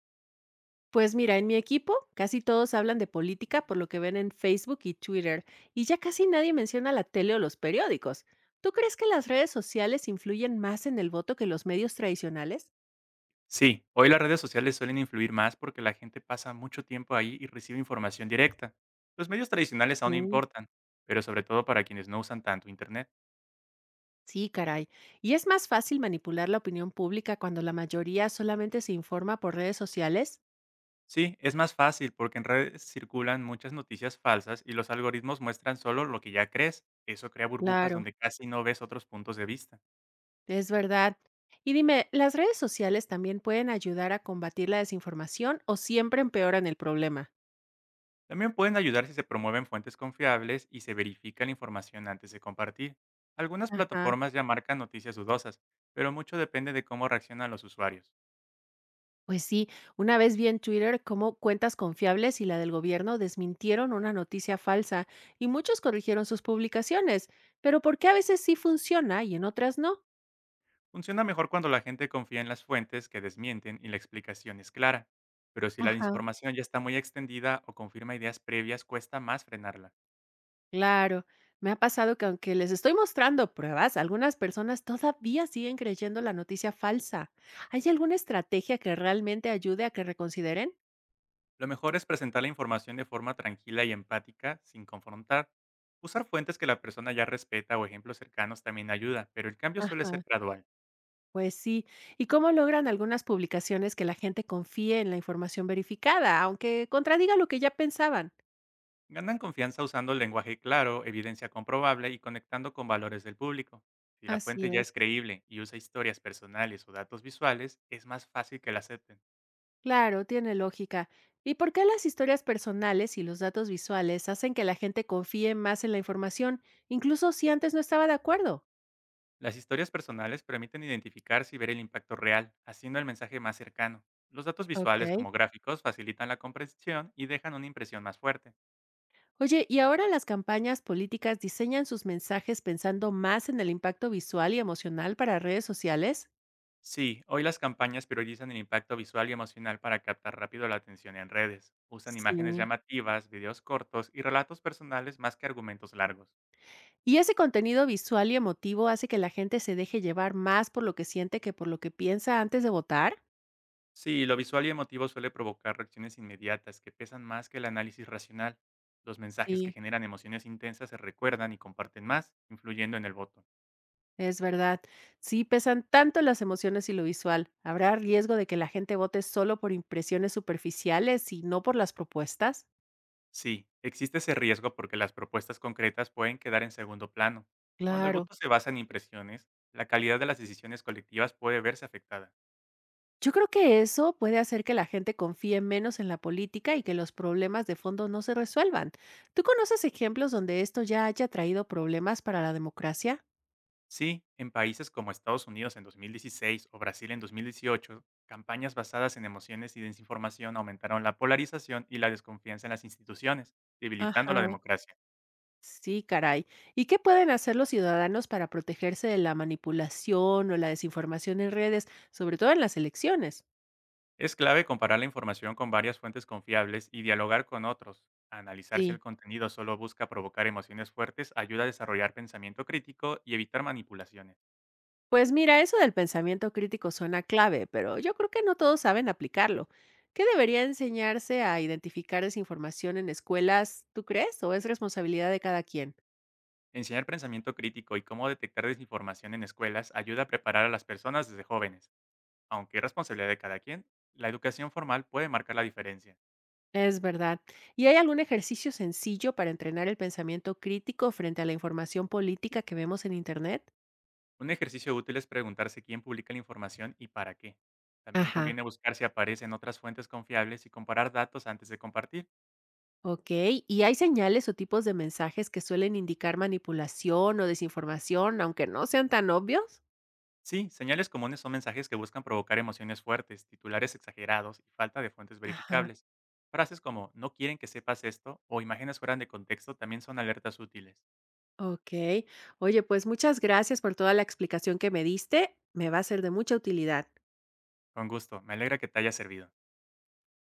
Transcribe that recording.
Pues mira, en mi equipo casi todos hablan de política por lo que ven en Facebook y Twitter, y ya casi nadie menciona la tele o los periódicos. ¿Tú crees que las redes sociales influyen más en el voto que los medios tradicionales? Sí, hoy las redes sociales suelen influir más porque la gente pasa mucho tiempo ahí y recibe información directa. Los medios tradicionales aún Sí, importan, pero sobre todo para quienes no usan tanto Internet. sí, caray. ¿Y es más fácil manipular la opinión pública cuando la mayoría solamente se informa por redes sociales? Sí, es más fácil porque en redes circulan muchas noticias falsas y los algoritmos muestran solo lo que ya crees. Eso crea burbujas Claro. donde casi no ves otros puntos de vista. Es verdad. Y dime, ¿las redes sociales también pueden ayudar a combatir la desinformación o siempre empeoran el problema? También pueden ayudar si se promueven fuentes confiables y se verifica la información antes de compartir. Algunas Ajá. plataformas ya marcan noticias dudosas, pero mucho depende de cómo reaccionan los usuarios. Pues sí, una vez vi en Twitter cómo cuentas confiables y la del gobierno desmintieron una noticia falsa y muchos corrigieron sus publicaciones, pero ¿por qué a veces sí funciona y en otras no? Funciona mejor cuando la gente confía en las fuentes que desmienten y la explicación es clara, pero si la Ajá. desinformación ya está muy extendida o confirma ideas previas, cuesta más frenarla. Claro, me ha pasado que aunque les estoy mostrando pruebas, algunas personas todavía siguen creyendo la noticia falsa. ¿Hay alguna estrategia que realmente ayude a que reconsideren? Lo mejor es presentar la información de forma tranquila y empática, sin confrontar. Usar fuentes que la persona ya respeta o ejemplos cercanos también ayuda, pero el cambio suele Ajá. ser gradual. Pues sí. ¿Y cómo logran algunas publicaciones que la gente confíe en la información verificada, aunque contradiga lo que ya pensaban? Ganan confianza usando lenguaje claro, evidencia comprobable y conectando con valores del público. Si la Así fuente ya es es. creíble y usa historias personales o datos visuales, es más fácil que la acepten. Claro, tiene lógica. ¿Y por qué las historias personales y los datos visuales hacen que la gente confíe más en la información, incluso si antes no estaba de acuerdo? Las historias personales permiten identificarse y ver el impacto real, haciendo el mensaje más cercano. Los datos Ok. visuales como gráficos facilitan la comprensión y dejan una impresión más fuerte. Oye, ¿y ahora las campañas políticas diseñan sus mensajes pensando más en el impacto visual y emocional para redes sociales? Sí, hoy las campañas priorizan el impacto visual y emocional para captar rápido la atención en redes. Usan imágenes Sí. llamativas, videos cortos y relatos personales más que argumentos largos. ¿Y ese contenido visual y emotivo hace que la gente se deje llevar más por lo que siente que por lo que piensa antes de votar? Sí, lo visual y emotivo suele provocar reacciones inmediatas que pesan más que el análisis racional. Los mensajes que Sí. generan emociones intensas se recuerdan y comparten más, influyendo en el voto. Es verdad. Sí, pesan tanto las emociones y lo visual. ¿Habrá riesgo de que la gente vote solo por impresiones superficiales y no por las propuestas? Sí, existe ese riesgo porque las propuestas concretas pueden quedar en segundo plano. Cuando el Claro. voto se basa en impresiones, la calidad de las decisiones colectivas puede verse afectada. Yo creo que eso puede hacer que la gente confíe menos en la política y que los problemas de fondo no se resuelvan. ¿Tú conoces ejemplos donde esto ya haya traído problemas para la democracia? Sí, en países como Estados Unidos en 2016 o Brasil en 2018, campañas basadas en emociones y desinformación aumentaron la polarización y la desconfianza en las instituciones, debilitando la Ajá. democracia. Sí, caray. ¿Y qué pueden hacer los ciudadanos para protegerse de la manipulación o la desinformación en redes, sobre todo en las elecciones? Es clave comparar la información con varias fuentes confiables y dialogar con otros. Analizar si el Sí, contenido solo busca provocar emociones fuertes ayuda a desarrollar pensamiento crítico y evitar manipulaciones. pues mira, eso del pensamiento crítico suena clave, pero yo creo que no todos saben aplicarlo. ¿Qué debería enseñarse a identificar desinformación en escuelas, tú crees? ¿O es responsabilidad de cada quien? Enseñar pensamiento crítico y cómo detectar desinformación en escuelas ayuda a preparar a las personas desde jóvenes. Aunque es responsabilidad de cada quien, la educación formal puede marcar la diferencia. Es verdad. ¿Y hay algún ejercicio sencillo para entrenar el pensamiento crítico frente a la información política que vemos en Internet? Un ejercicio útil es preguntarse quién publica la información y para qué. También Ajá. conviene buscar si aparecen otras fuentes confiables y comparar datos antes de compartir. Ok. ¿Y hay señales o tipos de mensajes que suelen indicar manipulación o desinformación, aunque no sean tan obvios? Sí, señales comunes son mensajes que buscan provocar emociones fuertes, titulares exagerados y falta de fuentes Ajá. verificables. Frases como no quieren que sepas esto o imágenes fuera de contexto también son alertas útiles. Ok. Oye, pues muchas gracias por toda la explicación que me diste. Me va a ser de mucha utilidad. Con gusto, me alegra que te haya servido.